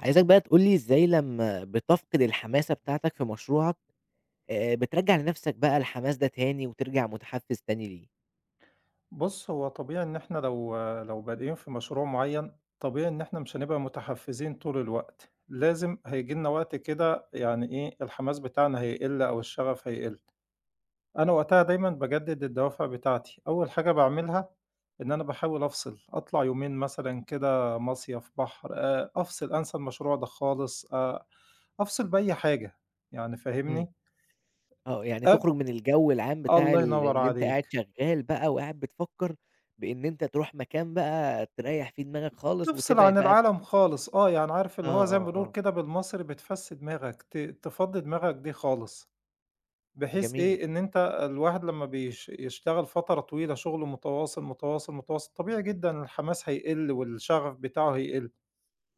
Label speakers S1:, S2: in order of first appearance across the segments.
S1: عايزك بقى تقول لي إزاي لمّا بتفقد الحماسة بتاعتك في مشروعك، بترجّع لنفسك بقى الحماس ده تاني وترجع متحفز تاني ليه؟
S2: بُص، هو طبيعي إن إحنا لو بادئين في مشروع معيّن، طبيعي إن إحنا مش هنبقى متحفّزين طول الوقت، لازم هييجي لنا وقت كده يعني إيه، الحماس بتاعنا هيقِل أو الشغف هيقِل. أنا وقتها دايمًا باجدد الدوافع بتاعتي، أول حاجة باعملها إن أنا باحاول أفصل، أطلع يومين مثلًا كده مصيف، بحر، أفصل، أنسى المشروع ده خالص، أفصل بأي حاجة، يعني
S1: إمم.
S2: فاهمني؟
S1: آه، يعني
S2: أب
S1: تخرج من الجو العام بتاع
S2: الله
S1: ال
S2: ينوّر
S1: اللي أنت قاعد
S2: عليك.
S1: شغال بقى وقاعد بتفكّر، بإن أنت تروح مكان بقى تريّح فيه دماغك خالص
S2: تفصل
S1: وتبعد
S2: عن
S1: بقى.
S2: العالم خالص، آه، يعني عارف
S1: آه،
S2: اللي هو زي ما
S1: آه،
S2: بنقول
S1: آه.
S2: كده بالمصري بتفسي دماغك، تفضّي دماغك دي خالص، بحيث
S1: جميل.
S2: إيه، إن أنت الواحد لمّا يشتغل فترة طويلة شغل متواصل، متواصل، متواصل، طبيعي جدًا الحماس هيقِل والشغف بتاعه هيقِل،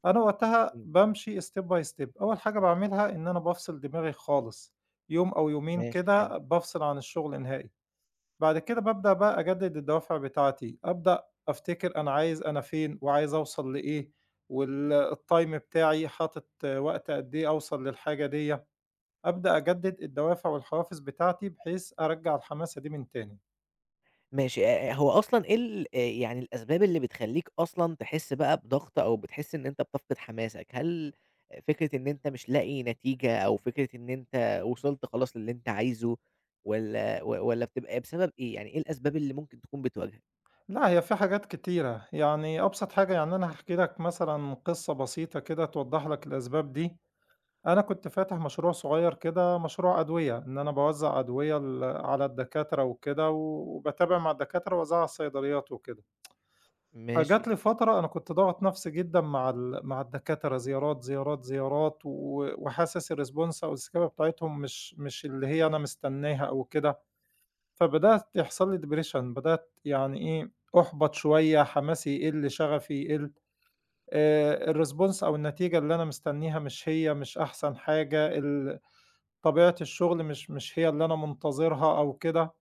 S2: أنا وقتها
S1: إمم.
S2: بامشي step by step، أول حاجة باعملها إن أنا بافصل دماغي خالص، يوم أو يومين
S1: ماشي، حلو.
S2: كده بافصل عن الشغل نهائي. بعد كده بابدأ بقى أجدد الدوافع بتاعتي، أبدأ أفتكر أنا عايز أنا فين وعايز أوصل لإيه، وال الtime بتاعي حاطط وقت قد إيه أوصل للحاجة ديّة، أبدأ أجدد الدوافع والحوافز بتاعتي بحيث أرجّع الحماسة دي من تاني.
S1: ماشي، هو أصلًا إيه ال يعني الأسباب اللي بتخلّيك أصلًا تحس بقى بضغط أو بتحس إن أنت بتفقد حماسك؟ هل فكرة إن أنت مش لاقي نتيجة أو فكرة إن أنت وصلت خلاص للي أنت عايزه والّا والّا بتبقى بسبب إيه؟ يعني إيه الأسباب اللي ممكن تكون بتواجهك؟
S2: لأ، هي في حاجات كتيرة، يعني أبسط حاجة يعني أنا هاحكي لك مثلًا قصة بسيطة كده توضّح لك الأسباب دي، أنا كنت فاتح مشروع صغير كده مشروع أدوية، إن أنا باوزّع أدوية على الدكاترة وكده، وباتابع مع الدكاترة وأوزّعها على الصيدليات وكده.
S1: ماشي.
S2: فجات لي فترة أنا كنت ضاغط نفسي جدًا مع الدكاترة زيارات، زيارات، زيارات، و وحاسس الresponse أو الاستجابة بتاعتهم مش اللي هي أنا مستناها أو كده، فبدأت يحصل لي depression بدأت يعني إيه، أُحبط شوية، حماسي يقل، شغفي يقل، الresponse أو النتيجة اللي أنا مستنيها مش هي، مش أحسن حاجة، طبيعة الشغل مش هي اللي أنا منتظرها أو كده.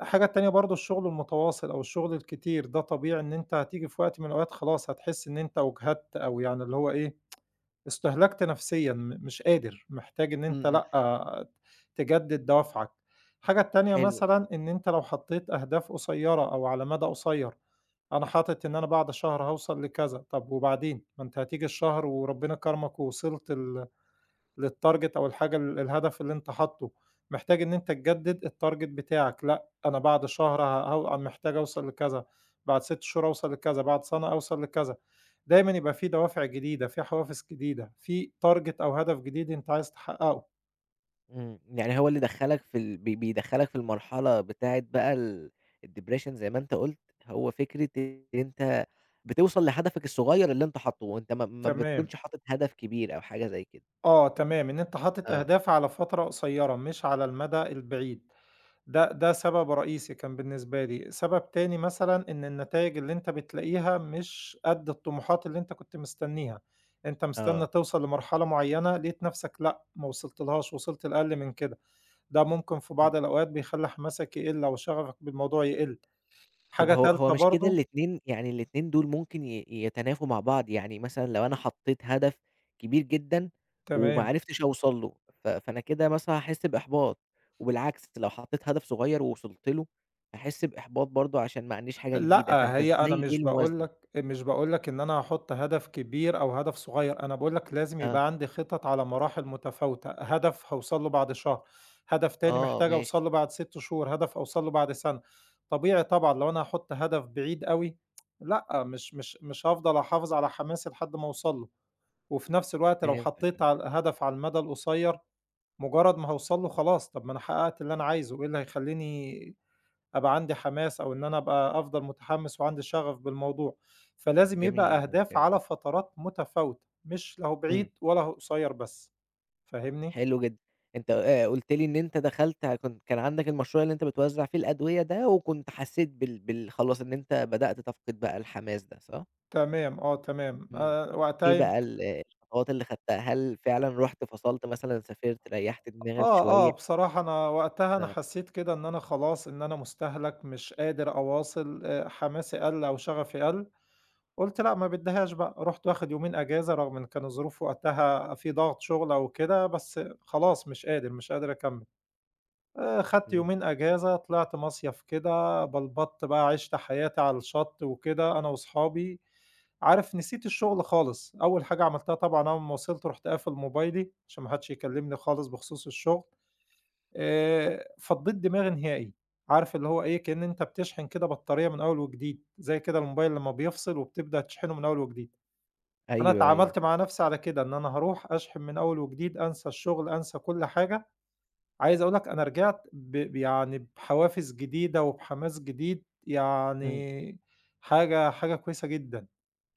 S2: الحاجة التانية برضه الشغل المتواصل أو الشغل الكتير، ده طبيعي إن أنت هتيجي في وقت من الأوقات خلاص هتحس إن أنت أُجهدت أو يعني اللي هو إيه، استهلكت نفسيًا، مش قادر، محتاج إن
S1: إمم،
S2: أنت
S1: إمم.
S2: لأ، تجدد دوافعك. الحاجة التانية
S1: حلو.
S2: مثلًا إن أنت لو حطيت أهداف قصيرة أو على مدى قصير، أنا حاطط إن أنا بعد شهر هاوصل لكذا، طب وبعدين؟ ما أنت هتيجي الشهر وربنا كرمك ووصلت للtarget أو الحاجة الهدف اللي أنت حاطّه، محتاج إن أنت تجدد الtarget بتاعك، لأ أنا بعد شهر ه ه محتاج أوصل لكذا، بعد 6 شهور أوصل لكذا، بعد سنة أوصل لكذا، دايمًا يبقى في دوافع جديدة، في حوافز جديدة، في target أو هدف جديد أنت عايز تحققه.
S1: إمم، يعني هو اللي دخّلك في ال بي بيدخّلك في المرحلة بتاعة بقى الdepression زي ما أنت قُلت، هو فكرة إن أنت بتوصل لهدفك الصغير اللي أنت حاطّه، وأنت ما
S2: تمام،
S1: بتكونش حاطط هدف كبير أو حاجة زي كده.
S2: آه تمام، إن أنت حاطط
S1: آه،
S2: أهداف على فترة قصيّرة، مش على المدى البعيد. ده سبب رئيسي كان بالنسبة لي، سبب تاني مثلًا إن النتايج اللي أنت بتلاقيها مش قد الطموحات اللي أنت كنت مستنيها، أنت مستني
S1: آه.
S2: توصل لمرحلة معيّنة لقيت نفْسك لأ، ما وصلتلهاش، وصلت لأقل من كده، ده ممكن في بعض
S1: إمم.
S2: الأوقات بيخلّي حماسك يقل أو شغفك بالموضوع يقل.
S1: طب
S2: حاجة
S1: هو
S2: تالتة
S1: مش كده
S2: برضه
S1: الاتنين، يعني الاتنين دول ممكن يتنافوا مع بعض، يعني مثلًا لو أنا حطيت هدف كبير جدًا وما
S2: تمام.
S1: عرفتش أوصل له، فأنا كده مثلًا هاحس بإحباط، وبالعكس لو حطيت هدف صغير ووصلت له، هاحس بإحباط برضه عشان ما عنديش حاجة جديدة،
S2: لأ،
S1: فأنت
S2: هي أنا
S1: إزاي، إيه
S2: مش باقول
S1: الموازنة؟
S2: لك مش باقول لك إن أنا هاحُط هدف كبير أو هدف صغير، أنا باقول لك لازم
S1: آه،
S2: يبقى عندي خطط على مراحل متفاوتة، هدف هاوصل له بعد شهر، هدف تاني
S1: آه،
S2: محتاج أوصل له
S1: ماشي.
S2: بعد 6 شهور، هدف أوصل له بعد سَنة. طبيعي طبعًا لو أنا هاحُط هدف بعيد أوي، لأ، مش هافضل أحافظ على حماسي لحد ما أوصل له، وفي نفس الوقت لو
S1: فهمتك.
S2: حطيت على هدف على المدى القصير، مجرد ما هاوصل له خلاص، طب ما أنا حققت اللي أنا عايزه، إيه اللي هيخلّيني أبقى عندي حماس أو إن أنا أبقى أفضل متحمس وعندي شغف بالموضوع، فلازم يبقى
S1: جميل، آه،
S2: أهداف
S1: فهمت.
S2: على فترات متفاوتة، مش لا هو
S1: إمم.
S2: بعيد ولا هو قصير بس، فاهمني؟
S1: حلو جدًا. أنت قُلت لي إن أنت دخلت كنت كان عندك المشروع اللي أنت بتوزّع فيه الأدوية ده، وكنت حسّيت بال خلاص إن أنت بدأت تفقد بقى الحماس ده، صح؟
S2: تمام، آه تمام،
S1: إمم.
S2: وقتها
S1: إيه بقى الخطوات اللي خدتها؟ هل فعلًا رُحت فصلت مثلًا، سافرت، ريّحت دماغك
S2: آه، آه،
S1: شوية؟
S2: بصراحة أنا وقتها أنا
S1: آه.
S2: حسيت كده إن أنا خلاص إن أنا مستهلك، مش قادر أواصل، حماسي قَل أو شغفي قَل، قُلت لأ ما بدّيهاش بقى، رُحت واخد يومين أجازة رغم إن كان الظروف وقتها في ضغط شغل أو كده، بس خلاص مش قادر، مش قادر أكمّل. خدت
S1: إمم.
S2: يومين أجازة، طلعت مصيف كده، بلبطّ بقى، عِشت حياتي على الشط وكده أنا وأصحابي، عارف نسيت الشغل خالص، أول حاجة عملتها طبعًا أول ما وصلت رُحت قافل موبايلي عشان ما حدش يكلمني خالص بخصوص الشغل، فضّيت دماغي نهائي، عارف اللي هو إيه، كإن أنت بتشحن كده بطارية من أول وجديد، زي كده الموبايل لمّا بيفصل وبتبدأ تشحنه من أول وجديد، أنا
S1: أيوه، أيوه.
S2: اتعاملت مع نفسي على كده، إن أنا هاروح أشحن من أول وجديد، أنسى الشغل، أنسى كل حاجة. عايز أقول لك أنا رجعت ب ب يعني بحوافز جديدة وبحماس جديد،
S1: إمم.
S2: يعني حاجة كويسة جدًا.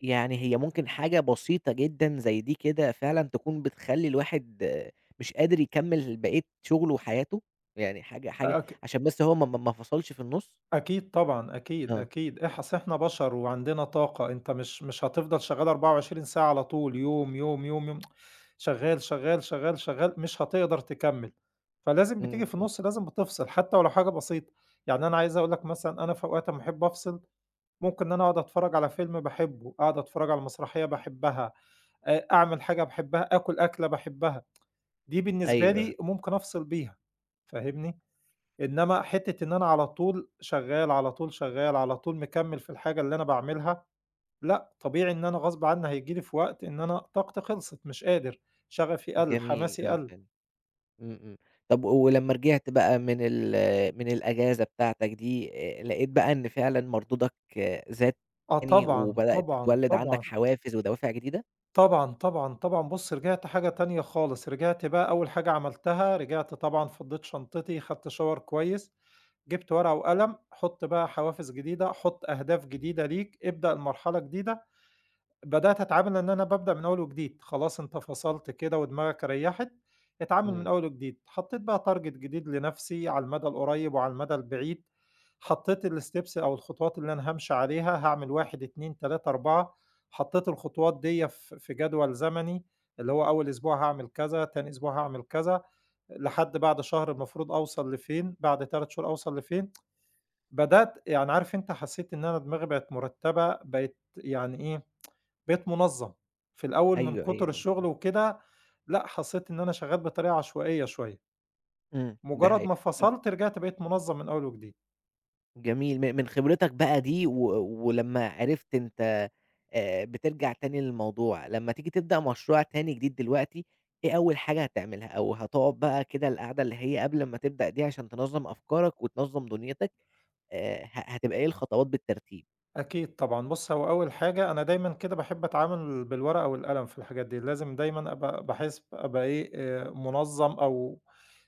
S1: يعني هي ممكن حاجة بسيطة جدًا زي دي كده فعلًا تكون بتخلّي الواحد آه، مش قادر يكمّل بقية شغله وحياته؟ يعني حاجة حاجة،
S2: أك
S1: عشان بس هو ما فصلش في النُص؟
S2: أكيد طبعًا، أكيد،
S1: آه.
S2: أكيد. أصل إحنا بشر وعندنا طاقة، أنت مش هتفضل شغّال 24 ساعة على طول، يوم، يوم، يوم، يوم، شغّال، شغّال، شغّال، شغّال، مش هتقدر تكمّل. فلازم بتيجي
S1: إمم،
S2: في
S1: إمم.
S2: النُص لازم بتفصل، حتى ولو حاجة بسيطة. يعني أنا عايز أقول لك مثلًا أنا في أوقات أمّا أحب أفصل، ممكن إن أنا أقعد أتفرّج على فيلم باحبه، أقعد أتفرّج على مسرحية باحبها. أعمل حاجة باحبها، آكل أكلة باحبها، دي بالنسبة
S1: أيوه،
S2: لي ممكن أفصل بيها، فاهمني؟ إنما حتّة إن أنا على طول شغّال، على طول شغّال، على طول مكمّل في الحاجة اللي أنا باعملها، لأ، طبيعي إن أنا غصب عني هييجي لي في وقت إن أنا طاقتي خلصت، مش قادر، شغفي قَل،
S1: جميل،
S2: حماسي
S1: آه،
S2: قَل.
S1: فعلًا. إمم، إمم. طب ولمّا رجعت بقى من من الأجازة بتاعتك دي، لقيت بقى إن فعلًا مردودك زاد
S2: آه
S1: تاني،
S2: طبعًا،
S1: وبدأت
S2: طبعًا،
S1: تتولد عندك
S2: طبعًا.
S1: حوافز ودوافع جديدة؟
S2: طبعًا، طبعًا، طبعًا. بُص، رجعت حاجة تانية خالص، رجعت بقى أول حاجة عملتها، رجعت طبعًا فضّيت شنطتي، خدت shower كويس، جِبت ورقة وقلم، حُط بقى حوافز جديدة، حُط أهداف جديدة ليك، ابدأ المرحلة جديدة. بدأت أتعامل إن أنا بابدأ من أول وجديد، خلاص أنت فصلت كده ودماغك ريّحت، اتعامل من
S1: إمم.
S2: أول وجديد. حطيت بقى target جديد لنفسي على المدى القريب وعلى المدى البعيد، حطيت الsteps أو الخطوات اللي أنا هامشي عليها، هاعمل 1، 2، 3، 4. حطيت الخطوات ديّة في جدول زمني، اللي هو أول أسبوع هاعمل كذا، تاني أسبوع هاعمل كذا، لحد بعد شهر المفروض أوصل لفين، بعد 3 شهور أوصل لفين. بدأت يعني عارف أنت حسيت إن أنا دماغي بقت مرتبة، بقت يعني إيه بقيت منظّم، في الأول من
S1: أيوه،
S2: كتر
S1: أيوه،
S2: الشغل وكده، لأ حسّيت إن أنا شغّال بطريقة عشوائية شوية،
S1: إمم، دي
S2: مجرّد ما
S1: حقيقة. طب
S2: انفصلت رجعت بقيت منظّم من أول وجديد.
S1: جميل، من خبرتك بقى دي ولمّا عرفت أنت بترجع تاني للموضوع، لمّا تيجي تبدأ مشروع تاني جديد دلوقتي، إيه أول حاجة هتعملها؟ أو هتقعد بقى كده القعدة اللي هي قبل ما تبدأ دي عشان تنظّم أفكارك وتنظّم دنيتك، ه هتبقى إيه الخطوات بالترتيب؟
S2: أكيد طبعًا، بُص هو أول حاجة أنا دايمًا كده باحب أتعامل بالورقة والقلم في الحاجات دي، لازم دايمًا أبقى باحس أبقى إيه، منظّم أو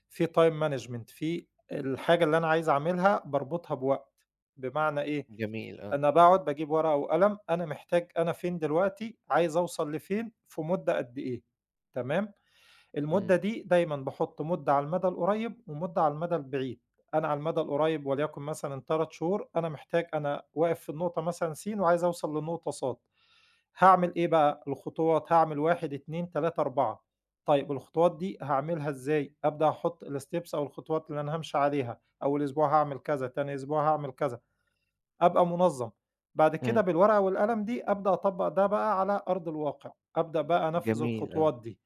S2: في time management في الحاجة اللي أنا عايز أعملها باربطها بوقت، بمعنى إيه،
S1: جميل، آه.
S2: أنا باقعد باجيب ورقة وقلم، أنا محتاج أنا فين دلوقتي، عايز أوصل لفين، في مدة قد إيه، تمام؟ المدة
S1: إمم،
S2: دي دايمًا باحُط مدة على المدى القريب ومدة على المدى البعيد، أنا على المدى القريب وليكن مثلًا 3 شهور، أنا محتاج أنا واقف في النقطة مثلًا س وعايز أوصل للنقطة ص، هاعمل إيه بقى، الخطوات هاعمل 1، 2، 3، 4. طيب الخطوات دي هاعملها إزاي؟ أبدأ أحُط الsteps أو الخطوات اللي أنا هامشي عليها، أول أسبوع هاعمل كذا، تاني أسبوع هاعمل كذا. أبقى منظّم، بعد كده
S1: إمم.
S2: بالورقة والقلم دي أبدأ أطبّق ده بقى على أرض الواقع، أبدأ بقى أنفّذ
S1: جميل، آه.
S2: الخطوات دي.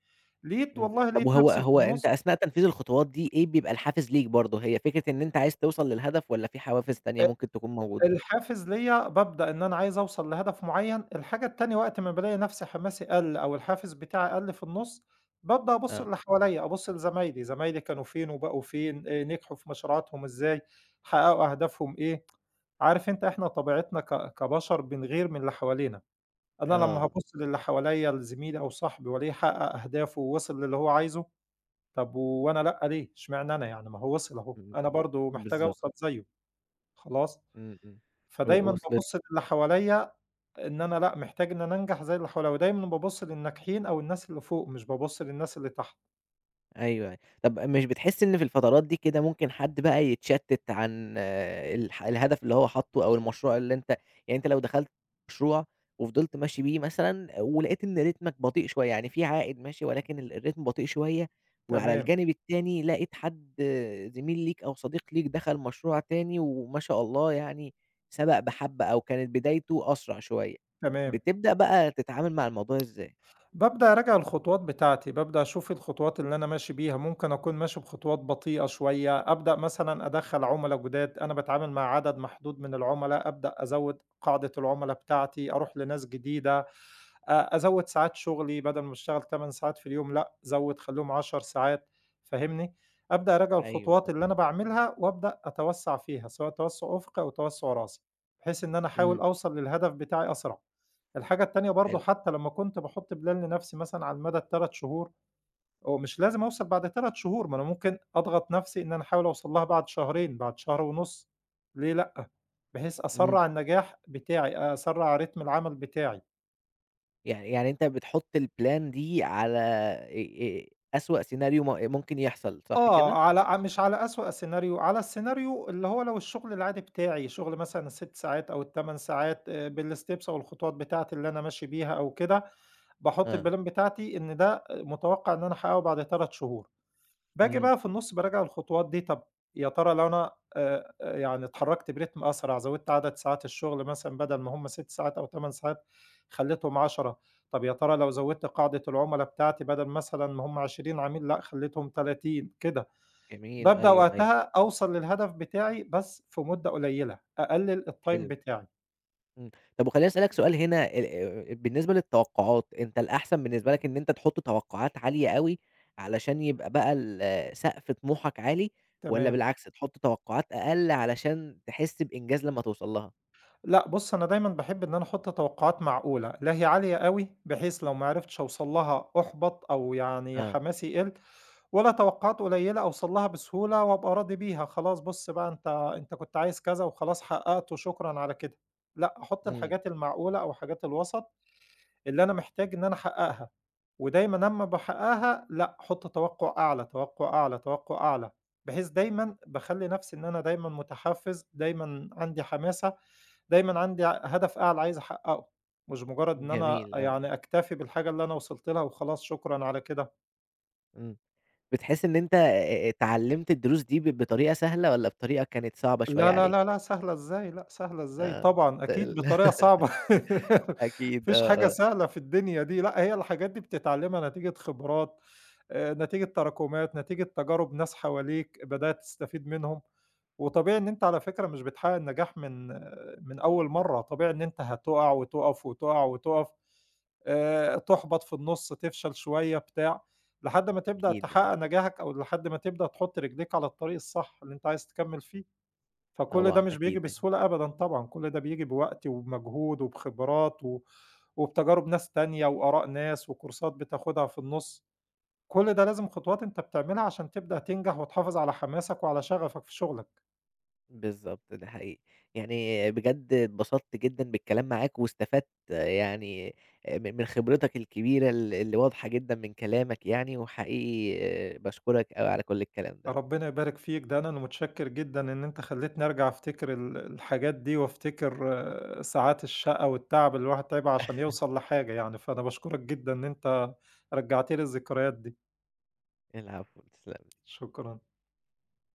S2: لقيت
S1: إمم.
S2: والله
S1: طب
S2: لقيت
S1: وهو
S2: نفْسي في
S1: هو أنت
S2: النُص.
S1: أثناء تنفيذ الخطوات دي إيه بيبقى الحافز ليك برضه؟ هي فكرة إن أنت عايز توصل للهدف والّا في حوافز تانية
S2: أ
S1: ممكن تكون موجودة؟
S2: الحافز ليّا بابدأ إن أنا عايز أوصل لهدف معيّن، الحاجة التانية وقت ما بالاقي نفْسي حماسي قَل أو الحافز بتاعي قَل في النُص، بابدأ أبُص
S1: آه.
S2: اللي حواليّا، أبُص لزمايلي، زمايلي كانوا فين وبقوا فين، نجحوا في مشروعاتهم إزاي، حققوا أهدافهم إيه، عارف أنت إحنا طبيعتنا كبشر بنغير من اللي حوالينا. أنا لمّا
S1: آه،
S2: هابُص للي حواليّا لزميلي أو صاحبي وألاقيه حقّق أهدافه ووصل للي هو عايزه، طب وأنا لأ ليه؟ اشمعنى أنا يعني ما هو وصل أهو،
S1: إمم،
S2: أنا برضه محتاج
S1: بالضبط.
S2: أوصل زيه، خلاص؟
S1: إمم، إمم، و
S2: فدايمًا
S1: وصلت
S2: بابُص للي حواليّا إن أنا لأ، محتاج إن أنا أنجح زي اللي حواليّا، ودايمًا بابُص للناجحين أو الناس اللي فوق، مش بابُص للناس اللي تحت.
S1: أيوه، أيوه. طب مش بتحس إن في الفترات دي كده ممكن حد بقى يتشتت عن الهدف اللي هو حاطه أو المشروع اللي أنت، يعني أنت لو دخلت مشروع وفضلت ماشي بيه مثلًا، ولقيت إن رتمك بطيء شوية، يعني في عائد ماشي ولكن الرتم بطيء شوية، وعلى
S2: تمام،
S1: الجانب التاني لقيت حد زميل ليك أو صديق ليك دخل مشروع تاني وما شاء الله، يعني سبق بحبة أو كانت بدايته أسرع شوية،
S2: تمام.
S1: بتبدأ بقى تتعامل مع الموضوع إزاي؟
S2: بابدأ أراجع الخطوات بتاعتي، بابدأ أشوف إيه الخطوات اللي أنا ماشي بيها، ممكن أكون ماشي بخطوات بطيئة شوية، أبدأ مثلًا أدخّل عُملا جداد، أنا باتعامل مع عدد محدود من العُملا، أبدأ أزوّد قاعدة العُملا بتاعتي، أروح لناس جديدة، أزوّد ساعات شغلي بدل ما باشتغل 8 ساعات في اليوم لأ، زوّد خلّيهم 10 ساعات، فاهمني؟ أبدأ أراجع
S1: أيوه،
S2: الخطوات
S1: آه.
S2: اللي أنا باعملها وأبدأ أتوسّع فيها، سواء توسُّع أُفقي أو توسُّع راسي، بحيث إن أنا أحاول
S1: إمم.
S2: أوصل للهدف بتاعي أسرع. الحاجة التانية برضه
S1: حلو.
S2: حتى لمّا كنت باحُط بلان لنَفْسي مثلًا على مدى ال3 شهور، هو مش لازم أوصل بعد 3 شهور، ما أنا ممكن أضغط نَفْسي إن أنا أحاول أوصل لها بعد شهرين، بعد شهر ونُص، ليه لأ؟ بحيث
S1: إمم،
S2: أسرّع النجاح بتاعي، أسرّع رتم العمل بتاعي.
S1: يعني أنت بتحُط الplan دي على أسوأ scenario، إيه، ممكن يحصل، صح
S2: آه،
S1: كده؟
S2: على مش على أسوأ سيناريو، على السيناريو اللي هو لو الشغل العادي بتاعي، شغل مثلًا ال6 ساعات أو ال8 ساعات بالsteps أو الخطوات بتاعتي اللي أنا ماشي بيها أو كده، باحُط
S1: آه،
S2: البلان بتاعتي إن ده متوقع إن أنا أحققه بعد 3 شهور. باجي
S1: إمم،
S2: بقى في النُص باراجع الخطوات دي، طَب يا ترى لو أنا يعني اتحرّكت برتم أسرع، زوّدت عدد ساعات الشغل مثلًا بدل ما هم 6 ساعات أو 8 ساعات خلّيتهم 10، طَب يا ترى لو زوّدت قاعدة العُملا بتاعتي بدل مثلًا ما هم 20 عميل لأ خلّيتهم 30 كده.
S1: جميل،
S2: بابدأ
S1: أيوه، أيوه،
S2: وقتها أوصل للهدف بتاعي بس في مدة قليلة، أقلِّل الtime
S1: حلو،
S2: بتاعي.
S1: إمم. طب وخلّيني أسألك سؤال هنا ال بالنسبة للتوقعات، أنت الأحسن بالنسبة لك إن أنت تحُط توقعات عالية أوي علشان يبقى بقى ال آه، سقف طموحك عالي، والّا
S2: تمام.
S1: بالعكس تحُط توقعات أقل علشان تحس بإنجاز لمّا توصل لها؟
S2: لأ، بُص أنا دايمًا باحب إن أنا أحط توقعات معقولة، لا هي عالية أوي بحيث لو ما عرفتش أوصل لها أُحبط أو يعني
S1: آه،
S2: حماسي يقل، ولا توقعات قليلة أوصل لها بسهولة وأبقى راضي بيها، خلاص بُص بقى أنت كنت عايز كذا وخلاص حققته شكرًا على كده، لأ، أحط
S1: إمم،
S2: الحاجات المعقولة أو حاجات الوسط اللي أنا محتاج إن أنا أحققها. ودايمًا أمّا باحققها لأ، أحُط توقُّع أعلى، توقُّع أعلى، توقُّع أعلى، بحيث دايمًا باخلّي نَفْسي إن أنا دايمًا مُتحفِّز، دايمًا عندي حماسة، دايمًا عندي هدف أعلى عايز أحقّقه، مش مُجرّد إن أنا
S1: جميل، آه.
S2: يعني أكتفي بالحاجة اللي أنا وصلت لها وخلاص شكرًا على كده.
S1: إمم. بتحس إن أنت اتعلّمت الدروس دي بطريقة سهلة والّا بطريقة كانت صعبة شوية
S2: لا، لا،
S1: عليك؟
S2: لا، لا، سهلة إزاي، لأ سهلة إزاي،
S1: آه،
S2: طبعًا
S1: ت
S2: أكيد
S1: ال
S2: بطريقة صعبة ما
S1: أكيد،
S2: فيش حاجة
S1: آه.
S2: سهلة في الدنيا دي، لأ هي الحاجات دي بتتعلّمها نتيجة خبرات، نتيجة تراكمات، نتيجة تجارب ناس حواليك بدأت تستفيد منهم، وطبيعي إن أنت على فكرة مش بتحقق النجاح من أول مرّة، طبيعي إن أنت هتُقع وتُقف، وتُقع وتُقف، تُحبط في النُص، تفشل شوية بتاع، لحد ما تبدأ
S1: أكيد،
S2: تحقق
S1: آه.
S2: نجاحك أو لحد ما تبدأ تحط رجليك على الطريق الصح اللي أنت عايز تكمّل فيه. فكل ده
S1: طبعًا،
S2: مش بييجي
S1: أكيد، أكيد.
S2: بسهولة أبدًا طبعًا، كل ده بييجي بوقت وبمجهود وبخبرات و وبتجارب ناس تانية وآراء ناس وكورسات بتاخدها في النُص، كل ده لازم خطوات أنت بتعملها عشان تبدأ تنجح وتحافظ على حماسك وعلى شغفك في شغلك،
S1: بالضبط، ده حقيقي. يعني بجد اتبسطت جدًا بالكلام معاك واستفدت آه، يعني م من خبرتك الكبيرة اللي واضحة جدًا من كلامك يعني، وحقيقي باشكرك أوي على كل الكلام ده.
S2: ربنا يبارك فيك، ده أنا متشكر جدًا إن أنت خلّيتني أرجع أفتكر الحاجات دي وأفتكر آه، ساعات الشقا والتعب اللي الواحد تعبها عشان يوصل لحاجة يعني، فأنا باشكرك جدًا إن أنت رجعت لي الذكريات دي،
S1: العفو، تسلم.
S2: شكرًا.